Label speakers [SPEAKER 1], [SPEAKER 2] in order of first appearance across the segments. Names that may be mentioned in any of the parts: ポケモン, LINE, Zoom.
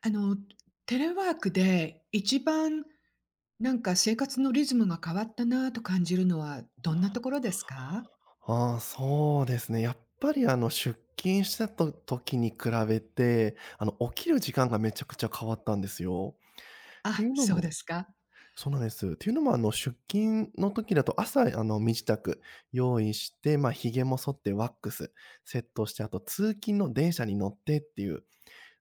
[SPEAKER 1] あの、テレワークで一番生活のリズムが変わったなと感じるのはどんなところですか？
[SPEAKER 2] ああ、そうですね。やっぱり出勤してた時に比べて、起きる時間がめちゃくちゃ変わったんですよ。って
[SPEAKER 1] あ、
[SPEAKER 2] いうの
[SPEAKER 1] そう
[SPEAKER 2] も
[SPEAKER 1] ですか。
[SPEAKER 2] そうなんです。っていうのも出勤の時だと朝身支度用意して、まあ、髭も剃ってワックスセットして、あと通勤の電車に乗ってっていう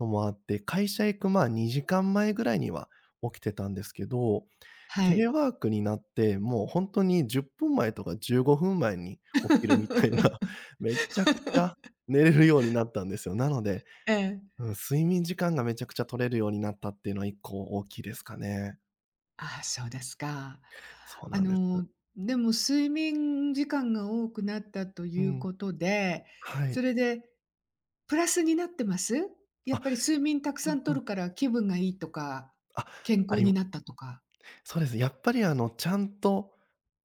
[SPEAKER 2] のもあって、会社行く、まあ、2時間前ぐらいには起きてたんですけど、
[SPEAKER 1] は
[SPEAKER 2] テレ
[SPEAKER 1] い。
[SPEAKER 2] ワークになって、もうほんとに10分前とか15分前に起きるみたいな、めちゃくちゃ寝れるようになったんですよ。なので、
[SPEAKER 1] ええ。
[SPEAKER 2] うん、睡眠時間がめちゃくちゃ取れるようになったっていうのは1個大きいですかね。
[SPEAKER 1] ああ、そうですか。
[SPEAKER 2] そう
[SPEAKER 1] あ
[SPEAKER 2] なんです。
[SPEAKER 1] の、でも睡眠時間が多くなったと
[SPEAKER 2] う
[SPEAKER 1] いう
[SPEAKER 2] ん。
[SPEAKER 1] ことで、
[SPEAKER 2] は
[SPEAKER 1] そ
[SPEAKER 2] い。
[SPEAKER 1] れでプラスになってます？やっ
[SPEAKER 2] あ、
[SPEAKER 1] ぱり睡眠たく
[SPEAKER 2] う
[SPEAKER 1] さ
[SPEAKER 2] ん
[SPEAKER 1] ん
[SPEAKER 2] う
[SPEAKER 1] 取
[SPEAKER 2] ん。
[SPEAKER 1] るから気分がいいとか、
[SPEAKER 2] あ、
[SPEAKER 1] 健
[SPEAKER 2] あ
[SPEAKER 1] 康
[SPEAKER 2] り
[SPEAKER 1] になったとか。
[SPEAKER 2] そうです。やっぱり、ちゃんと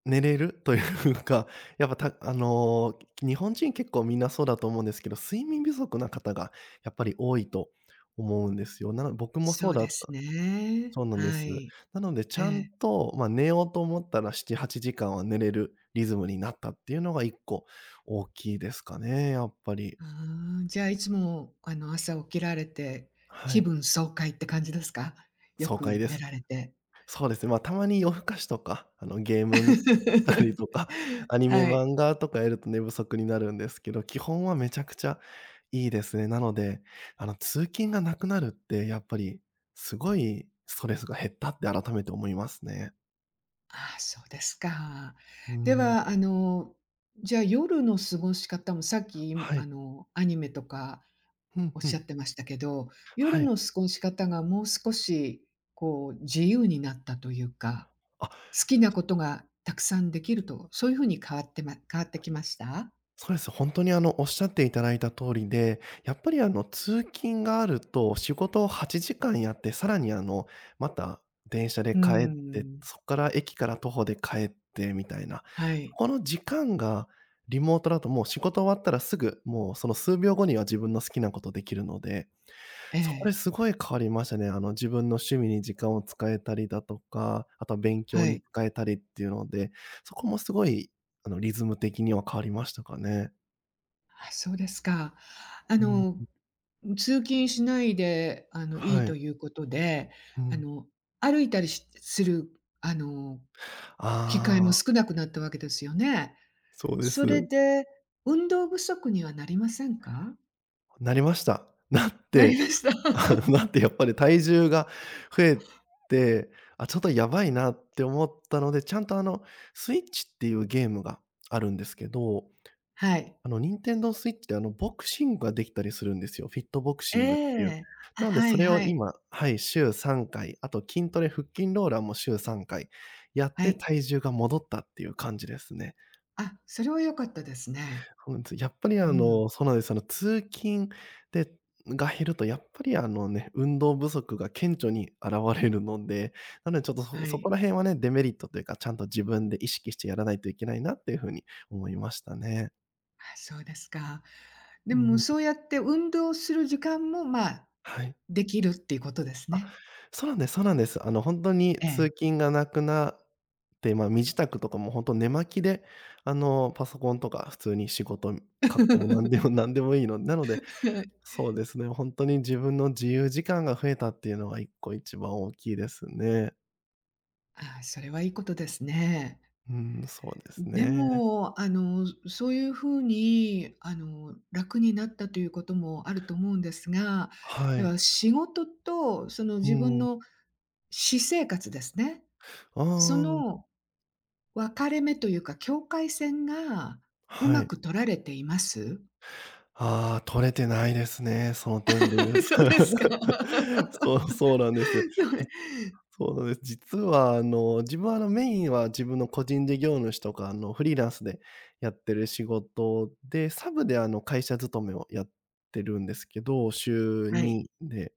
[SPEAKER 2] 寝れるというか、やっぱた、日本人結構みんなそうだと思うんですけど、睡眠不足な方がやっぱり多いと思うんですよ。なの僕も
[SPEAKER 1] そ
[SPEAKER 2] そう
[SPEAKER 1] う
[SPEAKER 2] だっ
[SPEAKER 1] です
[SPEAKER 2] た
[SPEAKER 1] ね。
[SPEAKER 2] そうなんで
[SPEAKER 1] は
[SPEAKER 2] す。
[SPEAKER 1] い。
[SPEAKER 2] なので
[SPEAKER 1] え
[SPEAKER 2] ちゃん
[SPEAKER 1] え。
[SPEAKER 2] と、まあ、寝ようと思ったら7、8時間は寝れるリズムになったっていうのが一個大きいですかね、やっぱり。
[SPEAKER 1] ああ、じゃあいつも、朝起きられて、
[SPEAKER 2] は
[SPEAKER 1] 気
[SPEAKER 2] い、
[SPEAKER 1] 分爽快って感じですか？よ
[SPEAKER 2] 爽快
[SPEAKER 1] く
[SPEAKER 2] で
[SPEAKER 1] 寝
[SPEAKER 2] す。
[SPEAKER 1] られて。
[SPEAKER 2] そうですね、まあ、たまに夜更かしとか、ゲーム見したりと か、アニメ、
[SPEAKER 1] はい。
[SPEAKER 2] 漫画とかやると寝不足になるんですけど、基本はめちゃくちゃいいですね。なので、通勤がなくなるって、やっぱりすごいストレスが減ったって改めて思いますね。
[SPEAKER 1] ああ、そうですか。
[SPEAKER 2] うー
[SPEAKER 1] で
[SPEAKER 2] ん。
[SPEAKER 1] は、じゃあ夜の過ごし方もさっき、
[SPEAKER 2] はい。
[SPEAKER 1] アニメとか
[SPEAKER 2] ふん
[SPEAKER 1] おっ
[SPEAKER 2] ふ
[SPEAKER 1] し
[SPEAKER 2] ん。
[SPEAKER 1] ゃってましたけど、夜
[SPEAKER 2] はい。
[SPEAKER 1] の過ごし方がもう少し、こう、自由になったというか、
[SPEAKER 2] あ、
[SPEAKER 1] 好きなことがたくさんできると、そういうふうに変わってきました？
[SPEAKER 2] そうです。本当に、おっしゃっていただいた通りで、やっぱり、通勤があると仕事を8時間やって、さらに、また電車で
[SPEAKER 1] う
[SPEAKER 2] 帰って、
[SPEAKER 1] ん。
[SPEAKER 2] そこから駅から徒歩で帰ってみたいな、
[SPEAKER 1] は
[SPEAKER 2] そ
[SPEAKER 1] い。
[SPEAKER 2] この時間がリモートだともう仕事終わったらすぐ、もうその数秒後には自分の好きなことできるので、
[SPEAKER 1] え
[SPEAKER 2] そこで
[SPEAKER 1] え、
[SPEAKER 2] すごい変わりましたね。自分の趣味に時間を使えたりだとか、あとは勉
[SPEAKER 1] は
[SPEAKER 2] 強に
[SPEAKER 1] い。
[SPEAKER 2] 使えたりっていうので、そこもすごい、リズム的には変わりましたかね。
[SPEAKER 1] あ、そうですか。あ
[SPEAKER 2] うん、
[SPEAKER 1] の、通勤しないで、いい
[SPEAKER 2] はい。
[SPEAKER 1] ということで、
[SPEAKER 2] う
[SPEAKER 1] あ
[SPEAKER 2] ん。
[SPEAKER 1] の、歩いたりする、あの、機
[SPEAKER 2] あ
[SPEAKER 1] 会も
[SPEAKER 2] あ、
[SPEAKER 1] 少なくなったわけですよね。
[SPEAKER 2] そうで
[SPEAKER 1] それ
[SPEAKER 2] す。
[SPEAKER 1] で、運動不足にはなりませんか？
[SPEAKER 2] なりました。なっ
[SPEAKER 1] なり
[SPEAKER 2] て、
[SPEAKER 1] ました。
[SPEAKER 2] なってやっぱり体重が増えて、あ、ちょっとやばいなって思ったので、ちゃんと、スイッチっていうゲームがあるんですけど、
[SPEAKER 1] はい。
[SPEAKER 2] 任天堂スイッチで、ボクシングができたりするんですよ。フィットボク
[SPEAKER 1] え
[SPEAKER 2] シングっていう。
[SPEAKER 1] え。あ、
[SPEAKER 2] なので
[SPEAKER 1] は
[SPEAKER 2] そ
[SPEAKER 1] い
[SPEAKER 2] れを
[SPEAKER 1] はい。
[SPEAKER 2] 今はい、週3回、あと筋トレ、腹筋ローラーも週3回やっ
[SPEAKER 1] は
[SPEAKER 2] て
[SPEAKER 1] い。
[SPEAKER 2] 体重が戻ったっていう感じですね。
[SPEAKER 1] あ、それは良かったですね。
[SPEAKER 2] そうなんです。やっぱり、
[SPEAKER 1] うん、
[SPEAKER 2] そうなんです。通勤でが減ると、やっぱりあのね、運動不足が顕著に現れるので、なのでちょっと
[SPEAKER 1] は
[SPEAKER 2] そ
[SPEAKER 1] い。
[SPEAKER 2] こら辺はね、デメリットというか、ちゃんと自分で意識してやらないといけないなっていう風に思いましたね。
[SPEAKER 1] あ、そうですか。
[SPEAKER 2] う
[SPEAKER 1] でも
[SPEAKER 2] ん、
[SPEAKER 1] そうやって運動する時間も、まあ、
[SPEAKER 2] はい。
[SPEAKER 1] できるっていうことです
[SPEAKER 2] あ、
[SPEAKER 1] ね。
[SPEAKER 2] そうなんですそうなんです。ほんとに
[SPEAKER 1] ええ。
[SPEAKER 2] 通勤がなくなって、ま、身支度とかもほんと寝巻きで、パソコンとか普通に仕事、格好も何でもいいのでなので、そうですね、本当に自分の自由時間が増えたっていうのは一個一番大きいですね。
[SPEAKER 1] あ、それはいいことですね。
[SPEAKER 2] うん、そうです
[SPEAKER 1] で
[SPEAKER 2] ね。
[SPEAKER 1] も、そういうふうに、楽になったということもあると思うんですが、
[SPEAKER 2] は
[SPEAKER 1] で
[SPEAKER 2] い。
[SPEAKER 1] は仕事とその
[SPEAKER 2] う
[SPEAKER 1] 自分
[SPEAKER 2] ん。
[SPEAKER 1] の私生活ですね。
[SPEAKER 2] あ
[SPEAKER 1] そ
[SPEAKER 2] あ、
[SPEAKER 1] の分かれ目というか、境界線がう
[SPEAKER 2] は
[SPEAKER 1] ま
[SPEAKER 2] い。
[SPEAKER 1] く取られています？
[SPEAKER 2] ああ、取れてないですね、その点で言 う
[SPEAKER 1] そうですか。
[SPEAKER 2] そうなんです。
[SPEAKER 1] そうね。
[SPEAKER 2] そうなんです。実は、自分は、メインは自分の個人事業主とか、フリーランスでやってる仕事で、サブで、会社勤めをやってるんですけど、週
[SPEAKER 1] はい。
[SPEAKER 2] 2で。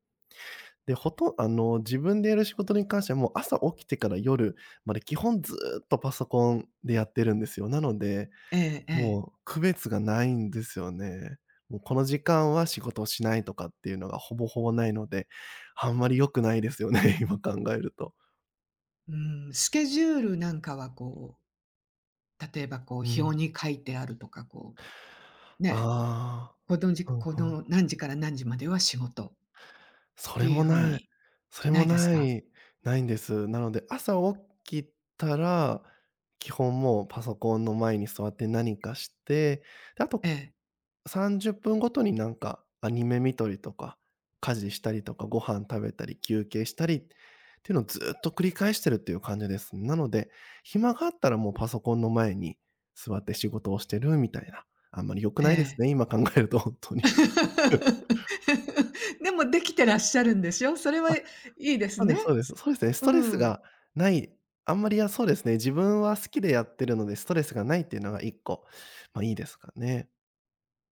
[SPEAKER 2] で、ほとん、自分でやる仕事に関しては、もう朝起きてから夜まで基本ずっとパソコンでやってるんですよ。なので、
[SPEAKER 1] ええ。
[SPEAKER 2] もう区別がないんですよね。もうこの時間は仕事をしないとかっていうのがほぼほぼないので、あんまり良くないですよね、今考えると。
[SPEAKER 1] うん、スケジュールなんかはこう、例えばこ
[SPEAKER 2] う
[SPEAKER 1] う表
[SPEAKER 2] ん。
[SPEAKER 1] に書いてあるとか、こう、ね、
[SPEAKER 2] ああ。
[SPEAKER 1] このじこ
[SPEAKER 2] うんうん。
[SPEAKER 1] の何時から何時までは仕事っ
[SPEAKER 2] そ
[SPEAKER 1] て
[SPEAKER 2] れ
[SPEAKER 1] いう
[SPEAKER 2] も
[SPEAKER 1] 風
[SPEAKER 2] ない。
[SPEAKER 1] に
[SPEAKER 2] それ
[SPEAKER 1] な
[SPEAKER 2] も
[SPEAKER 1] いです
[SPEAKER 2] な
[SPEAKER 1] か？
[SPEAKER 2] い、ないんです。なので、朝起きたら、基本もうパソコンの前に座って何かして、で、あ
[SPEAKER 1] え
[SPEAKER 2] と
[SPEAKER 1] え、
[SPEAKER 2] 30分ごとになんかアニメ見たりとか、家事したりとか、ご飯食べたり、休憩したりっていうのをずっと繰り返してるっていう感じです。なので、暇があったらもうパソコンの前に座って仕事をしてるみたいな、あんまり良く
[SPEAKER 1] え
[SPEAKER 2] ないです
[SPEAKER 1] え。
[SPEAKER 2] ね、今考えると本当に。
[SPEAKER 1] でもできてらっしゃるんでしょ？それはいいです
[SPEAKER 2] そうで
[SPEAKER 1] ね。
[SPEAKER 2] すそうです。そうですね、ス
[SPEAKER 1] う
[SPEAKER 2] トレス
[SPEAKER 1] ん。
[SPEAKER 2] がない、あんまり、や、そうですね、自分は好きでやってるので、ストレスがないっていうのが1個、ま、いいですかね。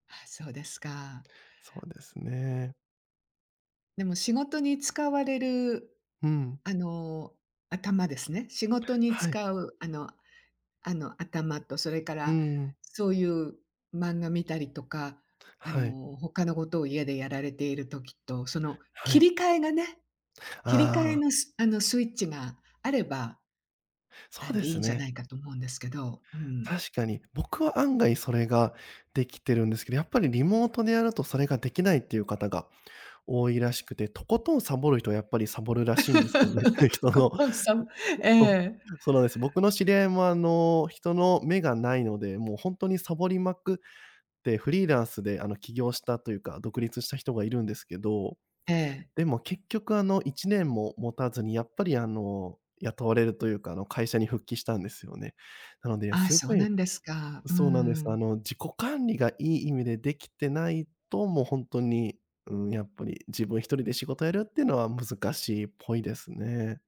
[SPEAKER 1] あ、そうですか。
[SPEAKER 2] そうですね。
[SPEAKER 1] でも仕事に使われる、
[SPEAKER 2] うん。
[SPEAKER 1] あの、頭ですね。仕事に
[SPEAKER 2] はい。
[SPEAKER 1] 使う、あの、頭と、それか
[SPEAKER 2] う
[SPEAKER 1] ら
[SPEAKER 2] ん。
[SPEAKER 1] そういう漫画見たりとか、
[SPEAKER 2] はい。
[SPEAKER 1] 他のことを家でやられている時と、その
[SPEAKER 2] は
[SPEAKER 1] 切
[SPEAKER 2] い。
[SPEAKER 1] り替えがね、切り替え
[SPEAKER 2] ああ、
[SPEAKER 1] のスあの、スイッチがあれば、
[SPEAKER 2] そうで
[SPEAKER 1] いい
[SPEAKER 2] す
[SPEAKER 1] んじゃな
[SPEAKER 2] ね。
[SPEAKER 1] いかと思うんですけど、うん。
[SPEAKER 2] 確かに。僕は案外それができてるんですけど、やっぱりリモートでやるとそれができないっていう方が多いらしくて、とことんサボる人はやっぱりサボるらしいんですよね。
[SPEAKER 1] と
[SPEAKER 2] 人
[SPEAKER 1] こ
[SPEAKER 2] の
[SPEAKER 1] とんさん、え
[SPEAKER 2] そう。
[SPEAKER 1] え、
[SPEAKER 2] そうなんです。僕の知り合いも、人の目がないので、もうほんとにサボりまくって、フリーランスで、起業したというか、独立した人がいるんですけど、
[SPEAKER 1] ええ。
[SPEAKER 2] でも結局、1年も持たずに、やっぱり、雇われるというか、会社に復帰したんですよね。なので、いや、
[SPEAKER 1] ああ、
[SPEAKER 2] す
[SPEAKER 1] そ
[SPEAKER 2] ご
[SPEAKER 1] うな
[SPEAKER 2] い
[SPEAKER 1] んですか。う
[SPEAKER 2] そうなんです。
[SPEAKER 1] ん。
[SPEAKER 2] 自己管理がいい意味でできてないと、もうほんとに、うーん、やっぱり自分一人で仕事やるっていうのは難しいっぽいですね。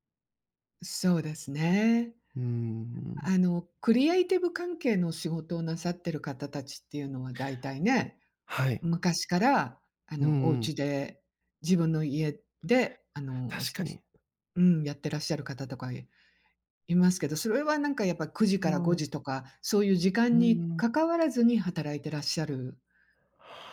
[SPEAKER 1] そうですね。
[SPEAKER 2] うーん。
[SPEAKER 1] クリエイティブ関係の仕事をなさってる方たちっていうのは大体ね、
[SPEAKER 2] はい。
[SPEAKER 1] 昔から、
[SPEAKER 2] うん
[SPEAKER 1] お
[SPEAKER 2] うん。
[SPEAKER 1] 家で、自分の家で、あの、
[SPEAKER 2] 確
[SPEAKER 1] し
[SPEAKER 2] か
[SPEAKER 1] し
[SPEAKER 2] に。
[SPEAKER 1] うん、やってらっしゃる方とかいいますけど、それはなんかやっぱ9時
[SPEAKER 2] う
[SPEAKER 1] から
[SPEAKER 2] ん、
[SPEAKER 1] 5
[SPEAKER 2] う
[SPEAKER 1] 時とか、そういう時
[SPEAKER 2] ー
[SPEAKER 1] 間に
[SPEAKER 2] ん。
[SPEAKER 1] 関わらずに働いてらっしゃる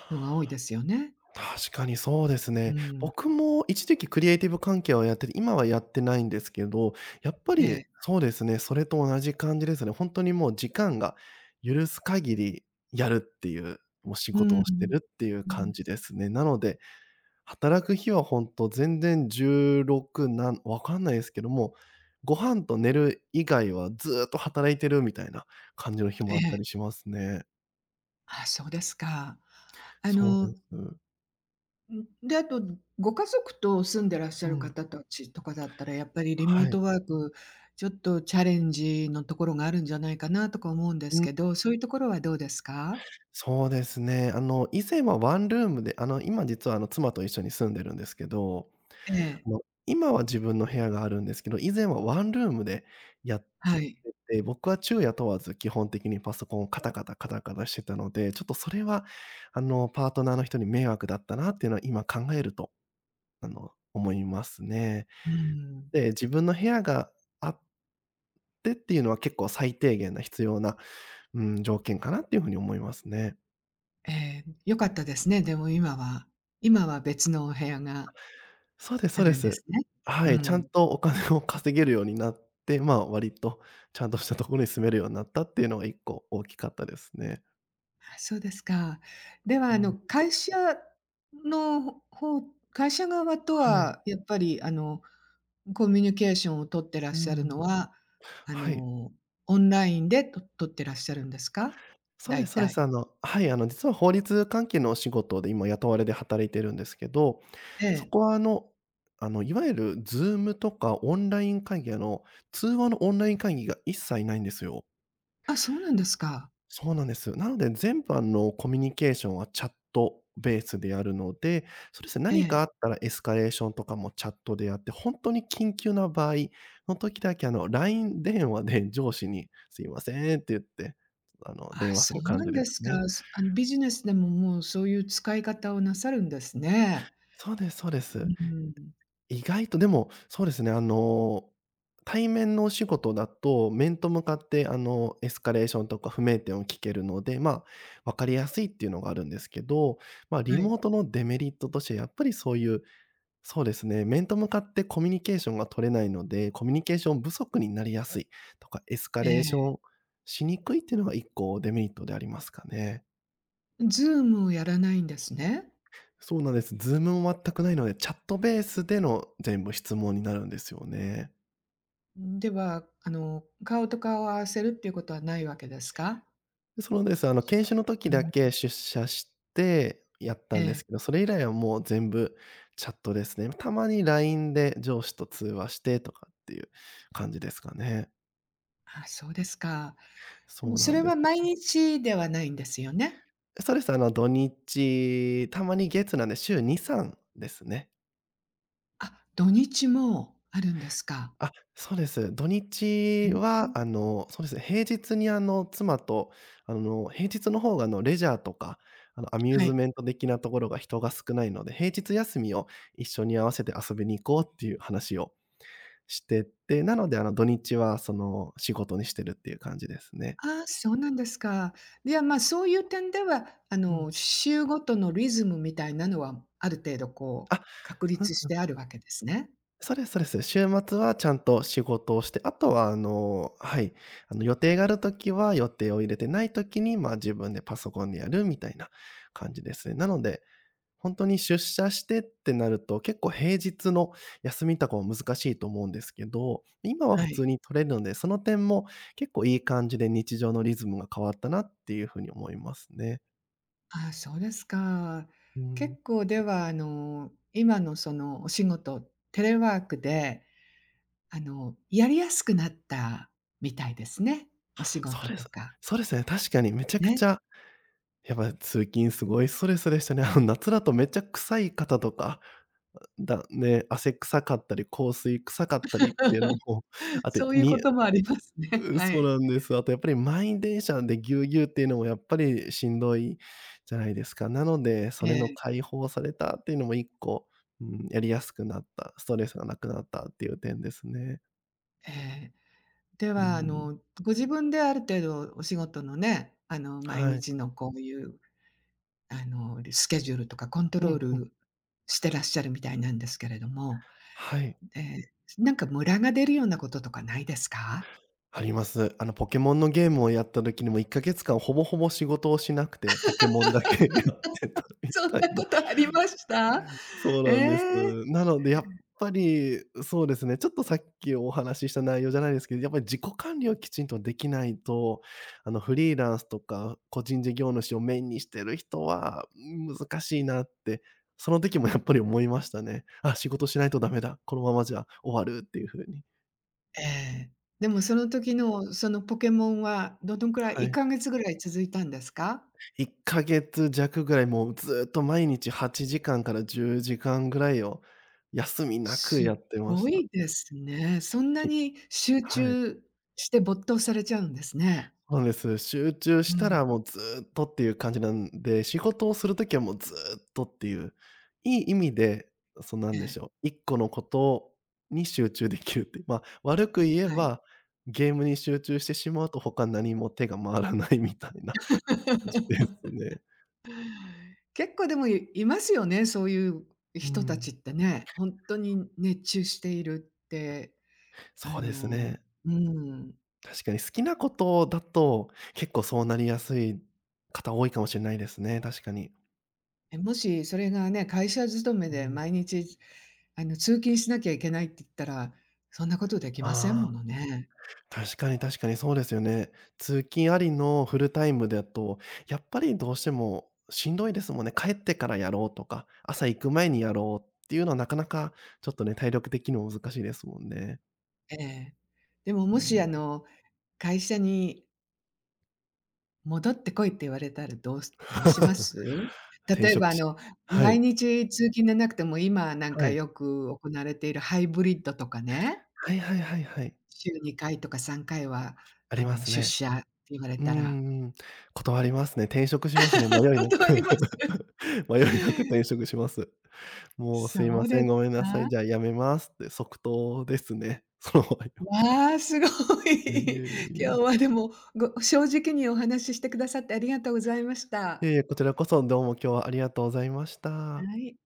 [SPEAKER 1] のが多いですよね。
[SPEAKER 2] 確かにそうです
[SPEAKER 1] う
[SPEAKER 2] ね。
[SPEAKER 1] ん、
[SPEAKER 2] 僕も一時期クリエイティブ関係をやってて、今はやってないんですけど、やっぱ
[SPEAKER 1] え
[SPEAKER 2] り
[SPEAKER 1] え、
[SPEAKER 2] そうですね、それと同じ感じですね。ほんとにもう時間が許す限りやるっていう、もう仕
[SPEAKER 1] う
[SPEAKER 2] 事をして
[SPEAKER 1] ん、
[SPEAKER 2] るっていう
[SPEAKER 1] うん、
[SPEAKER 2] 感じですね。なので、働く日はほんと全然16なんわかんないですけども、ご飯と寝る以外はずっと働いてるみたいな感じの日
[SPEAKER 1] え
[SPEAKER 2] もあった
[SPEAKER 1] え、
[SPEAKER 2] りしますね。
[SPEAKER 1] あ、そうですか。あ
[SPEAKER 2] そう
[SPEAKER 1] の
[SPEAKER 2] です。
[SPEAKER 1] で、あと、ご家族と住んでらっしゃ
[SPEAKER 2] う
[SPEAKER 1] る
[SPEAKER 2] ん。
[SPEAKER 1] 方たちとかだったら、やっぱりリモー
[SPEAKER 2] はい。
[SPEAKER 1] トワーク、ちょっとチャレンジのところがあるんじゃないかなとか思うんです
[SPEAKER 2] うん、
[SPEAKER 1] けど、そういうところはどうですか？
[SPEAKER 2] そうですね。以前はワンルームで、今実は、妻と一緒に住んでるんですけど、
[SPEAKER 1] ええ、
[SPEAKER 2] あの、今は自分の部屋があるんですけど、以前はワンルームでやっ
[SPEAKER 1] はい。
[SPEAKER 2] てて、僕は昼夜問わず基本的にパソコンをカタカタカタカタしてたので、ちょっとそれは、パートナーの人に迷惑だったなっていうのは今考えると、思いますね。
[SPEAKER 1] うん。
[SPEAKER 2] で、自分の部屋があってっていうのは結構最低限な必要なうん、条件かなっていう風に思いますね。
[SPEAKER 1] ええ、良かったですね、でも今は別のお部屋が
[SPEAKER 2] そうです
[SPEAKER 1] あ
[SPEAKER 2] そうで
[SPEAKER 1] るんで
[SPEAKER 2] す。
[SPEAKER 1] すね。
[SPEAKER 2] は
[SPEAKER 1] う
[SPEAKER 2] い、ちゃん
[SPEAKER 1] ん。
[SPEAKER 2] とお金を 稼げるようになって、まあ、割とちゃんとしたところに住めるようになったっていうのが一個大きかったですね。
[SPEAKER 1] あ、そうですか。では、
[SPEAKER 2] うん、
[SPEAKER 1] の方会社側と
[SPEAKER 2] はい。
[SPEAKER 1] はやっぱり、コミュニケーションを取ってらっ
[SPEAKER 2] う
[SPEAKER 1] しゃるの
[SPEAKER 2] ん。
[SPEAKER 1] は、あ
[SPEAKER 2] はい。
[SPEAKER 1] の、オンラインで取ってらっしゃるんですか？
[SPEAKER 2] そうで
[SPEAKER 1] 大
[SPEAKER 2] すそうで
[SPEAKER 1] 体。
[SPEAKER 2] す。実は法律関係のお仕事で今雇われで働いてるんですけど、
[SPEAKER 1] え
[SPEAKER 2] そ
[SPEAKER 1] え。
[SPEAKER 2] こはあの、いわゆる Zoom とかオンライン会議、通話のオンライン会議が一切ないんですよ。
[SPEAKER 1] あ、そうなんですか。
[SPEAKER 2] そうなんです。なので、全般のコミュニケーションはチャットベースでやるので、そうですね、
[SPEAKER 1] え
[SPEAKER 2] 何かあ
[SPEAKER 1] え。
[SPEAKER 2] ったらエスカレーションとかもチャットでやって、本当に緊急な場合の時だけ、LINE 電話で上司に「すいません」って言って、
[SPEAKER 1] あ、
[SPEAKER 2] 電話す
[SPEAKER 1] そ
[SPEAKER 2] る
[SPEAKER 1] う
[SPEAKER 2] 感
[SPEAKER 1] な
[SPEAKER 2] じ
[SPEAKER 1] ん
[SPEAKER 2] で
[SPEAKER 1] で
[SPEAKER 2] す
[SPEAKER 1] す
[SPEAKER 2] ね。
[SPEAKER 1] か。すあの、ビジネスでももうそういう使い方をなさるんですね。
[SPEAKER 2] そうですそうで
[SPEAKER 1] う
[SPEAKER 2] す。
[SPEAKER 1] ーん。
[SPEAKER 2] 意外とでも、対面のお仕事だと、面と向かって、エスカレーションとか不明点を聞けるので、まあ、わかりやすいっていうのがあるんですけど、まあ、リ
[SPEAKER 1] はい。
[SPEAKER 2] モートのデメリットとして、やっぱりそういう、そうですね、面と向かってコミュニケーションが取れないので、コミュニケーション不足になりやすいとか、エスカ
[SPEAKER 1] え
[SPEAKER 2] レーシ
[SPEAKER 1] え。
[SPEAKER 2] ョンしにくいっていうのが一個デメリットでありますかね。
[SPEAKER 1] Zoom をやらないんですね。
[SPEAKER 2] そうなんです。Zoom も全くないので、チャットベースでの全部質問になるんですよね。
[SPEAKER 1] では、顔と顔を合わせるっていうことはないわけですか？
[SPEAKER 2] そうです。研修の
[SPEAKER 1] う
[SPEAKER 2] 時だ
[SPEAKER 1] ん。
[SPEAKER 2] け出社してやっ
[SPEAKER 1] え
[SPEAKER 2] たんで
[SPEAKER 1] え。
[SPEAKER 2] すけど、それ以来はもう全部チャットですね。たまに LINE で上司と通話してとかっていう感じですかね。
[SPEAKER 1] あ、そうですか。で
[SPEAKER 2] そ
[SPEAKER 1] も
[SPEAKER 2] う
[SPEAKER 1] そ
[SPEAKER 2] なん
[SPEAKER 1] れ
[SPEAKER 2] で
[SPEAKER 1] は
[SPEAKER 2] す。
[SPEAKER 1] 毎日ではないんですよね？
[SPEAKER 2] そうです。土日、たまに月なんで週2、3ですね。
[SPEAKER 1] あ、土日もあるんですか。
[SPEAKER 2] あ、そうです。土日
[SPEAKER 1] え、
[SPEAKER 2] は、平日に妻と、平日の方がレジャーとか、アミュー
[SPEAKER 1] は
[SPEAKER 2] ズ
[SPEAKER 1] い。
[SPEAKER 2] メント的なところが人が少ないので、平日休みを一緒に合わせて遊びに行こうっていう話をしてて、なので、土日はその、仕事にしてるっていう感じですね。
[SPEAKER 1] ああ、そうなんですか。いや、まあ、
[SPEAKER 2] そ
[SPEAKER 1] そういう点では、
[SPEAKER 2] うん。
[SPEAKER 1] 週ごとのリズムみたいなのは、ある程度こう、
[SPEAKER 2] あ、
[SPEAKER 1] 確
[SPEAKER 2] ふ
[SPEAKER 1] 立し
[SPEAKER 2] ん。
[SPEAKER 1] てあるわけですね。
[SPEAKER 2] そうですそうです。週末はちゃんと仕事をして、あとははい、あの予定があるときは予定を入れてないときに、ま、自分でパソコンでやるみたいな感じですね。なので、本当に出社してってなると、結構平日の休みとかも難しいと思うんですけど、今は
[SPEAKER 1] は
[SPEAKER 2] 普通
[SPEAKER 1] い。
[SPEAKER 2] に取れるので、その点も結構いい感じで日常のリズムが変わったなっていう風に思いますね。
[SPEAKER 1] ああ、そうですか。
[SPEAKER 2] う
[SPEAKER 1] 結
[SPEAKER 2] ん。
[SPEAKER 1] 構では、今のそのお仕事、テレワークで、やりやすくなったみたいですね。お仕
[SPEAKER 2] そう
[SPEAKER 1] 事
[SPEAKER 2] で
[SPEAKER 1] と
[SPEAKER 2] す。
[SPEAKER 1] か、
[SPEAKER 2] そうですね、確かにめちゃく
[SPEAKER 1] ね。
[SPEAKER 2] ちゃやっぱ通勤すごいストレスでしたね。あの夏だとめっちゃ臭い方とか、だね、汗臭かったり、香水臭かったりっていうのも、あと
[SPEAKER 1] そういうこ
[SPEAKER 2] に
[SPEAKER 1] ともありますね。
[SPEAKER 2] う
[SPEAKER 1] は
[SPEAKER 2] そう
[SPEAKER 1] い。
[SPEAKER 2] なんです。あとやっぱり満員電車でぎゅうぎゅうっていうのもやっぱりしんどいじゃないですか。なので、そ
[SPEAKER 1] え
[SPEAKER 2] れの
[SPEAKER 1] え、
[SPEAKER 2] 解放されたっていうのも1個、うん、やりやすくなった、ストレスがなくなったっていう点ですね。
[SPEAKER 1] ええ。で
[SPEAKER 2] う
[SPEAKER 1] は、
[SPEAKER 2] ん。
[SPEAKER 1] ご自分である程度お仕事のね、毎
[SPEAKER 2] はい。
[SPEAKER 1] 日のこういう、スケジュールとかコント
[SPEAKER 2] う
[SPEAKER 1] ロー
[SPEAKER 2] んうん。
[SPEAKER 1] ルしてらっしゃるみたいなんですけれども、
[SPEAKER 2] はい。
[SPEAKER 1] えなんかムラが出るようなこととかないですか？
[SPEAKER 2] あります。ポケモンのゲームをやった時にも1か月間ほぼほぼ仕事をしなくて、ポケモンだけやってたみ
[SPEAKER 1] そん
[SPEAKER 2] たい
[SPEAKER 1] な
[SPEAKER 2] な。
[SPEAKER 1] ことありました？
[SPEAKER 2] そう
[SPEAKER 1] え
[SPEAKER 2] なんです。
[SPEAKER 1] え。
[SPEAKER 2] なのでやっぱり、そうですね、ちょっとさっきお話しした内容じゃないですけど、やっぱり自己管理をきちんとできないと、フリーランスとか個人事業主をメインにしてる人は難しいなって、その時もやっぱり思いましたね。あ、仕事しないとダメだ。このままじゃ終わるっていう風に。
[SPEAKER 1] ええ。でもその時のそのポケモンはどのくらい
[SPEAKER 2] は
[SPEAKER 1] 1
[SPEAKER 2] い。
[SPEAKER 1] か月ぐらい続いたんですか？
[SPEAKER 2] 1ヶ月弱ぐらい、もうずっと毎日8時間かんから10時間ぐらいを休みなく
[SPEAKER 1] す
[SPEAKER 2] やってま
[SPEAKER 1] ご
[SPEAKER 2] した。
[SPEAKER 1] いですね。そんな
[SPEAKER 2] き
[SPEAKER 1] に集
[SPEAKER 2] はい。
[SPEAKER 1] 中して没頭されちゃうんですね。
[SPEAKER 2] そうなんです。集中し
[SPEAKER 1] う
[SPEAKER 2] た
[SPEAKER 1] ん、
[SPEAKER 2] らもうずっとっていう感じなんで、仕事をする時はもうずっとっていう、いい意味で、そ、な
[SPEAKER 1] え
[SPEAKER 2] んでし
[SPEAKER 1] え、
[SPEAKER 2] ょう、1個のことに集中できるって、まあ、悪く言え
[SPEAKER 1] はい。
[SPEAKER 2] ば、ゲームに集中してしまうと他何も手が回らないみたいな感じ ですね。
[SPEAKER 1] 結構でもいいますよね、そういう
[SPEAKER 2] う
[SPEAKER 1] 人たち
[SPEAKER 2] ん、
[SPEAKER 1] ってね。ほんとに熱中しているって、あ
[SPEAKER 2] そうです
[SPEAKER 1] の
[SPEAKER 2] ね。
[SPEAKER 1] うん。
[SPEAKER 2] 確かに好きなことだと、結構そうなりやすい方多いかもしれないですね、確かに。
[SPEAKER 1] え、もしそれがね、会社勤め
[SPEAKER 2] う
[SPEAKER 1] で
[SPEAKER 2] ん。
[SPEAKER 1] 毎日、通勤しなきゃいけないって言ったら、そんなことできませんも
[SPEAKER 2] ああ、
[SPEAKER 1] のね。
[SPEAKER 2] 確かに確かにそうですよね。通勤ありのフルタイムだと、やっぱりどうしてもしんどいですもんね。帰ってからやろうとか、朝行く前にやろうっていうのはなかなかちょっとね、体力的にも難しいですもんね。
[SPEAKER 1] ええ。でも
[SPEAKER 2] う
[SPEAKER 1] もし
[SPEAKER 2] ん。
[SPEAKER 1] 会社に戻ってこいって言われたらどうします？
[SPEAKER 2] 転
[SPEAKER 1] 例えば
[SPEAKER 2] 職しは
[SPEAKER 1] 毎
[SPEAKER 2] い。
[SPEAKER 1] 日通勤でなくても、今なんか
[SPEAKER 2] はい。
[SPEAKER 1] よく行われているハイブリッドとかね、
[SPEAKER 2] はいはいはいはい。
[SPEAKER 1] 週2回とか3回は
[SPEAKER 2] あります
[SPEAKER 1] 出
[SPEAKER 2] ね。
[SPEAKER 1] 社って言われ
[SPEAKER 2] う
[SPEAKER 1] たら。
[SPEAKER 2] んうん。断りますね。転職しますね。迷いな
[SPEAKER 1] 断
[SPEAKER 2] く
[SPEAKER 1] ります。
[SPEAKER 2] 迷いなく転職します。もうすい
[SPEAKER 1] そ
[SPEAKER 2] ま
[SPEAKER 1] うで
[SPEAKER 2] せ
[SPEAKER 1] す
[SPEAKER 2] ん、ごめんなさい、
[SPEAKER 1] か？
[SPEAKER 2] じゃあ辞めますって即答ですね。その場合は。
[SPEAKER 1] わあ、すご
[SPEAKER 2] ね、いえい
[SPEAKER 1] い。
[SPEAKER 2] えい
[SPEAKER 1] 今
[SPEAKER 2] え。
[SPEAKER 1] 日はでも、ご正直にお話ししてくださってありがとうございまし
[SPEAKER 2] いえ
[SPEAKER 1] た。
[SPEAKER 2] いえ、こちらこそどうも今日はありがとうございました。
[SPEAKER 1] はい。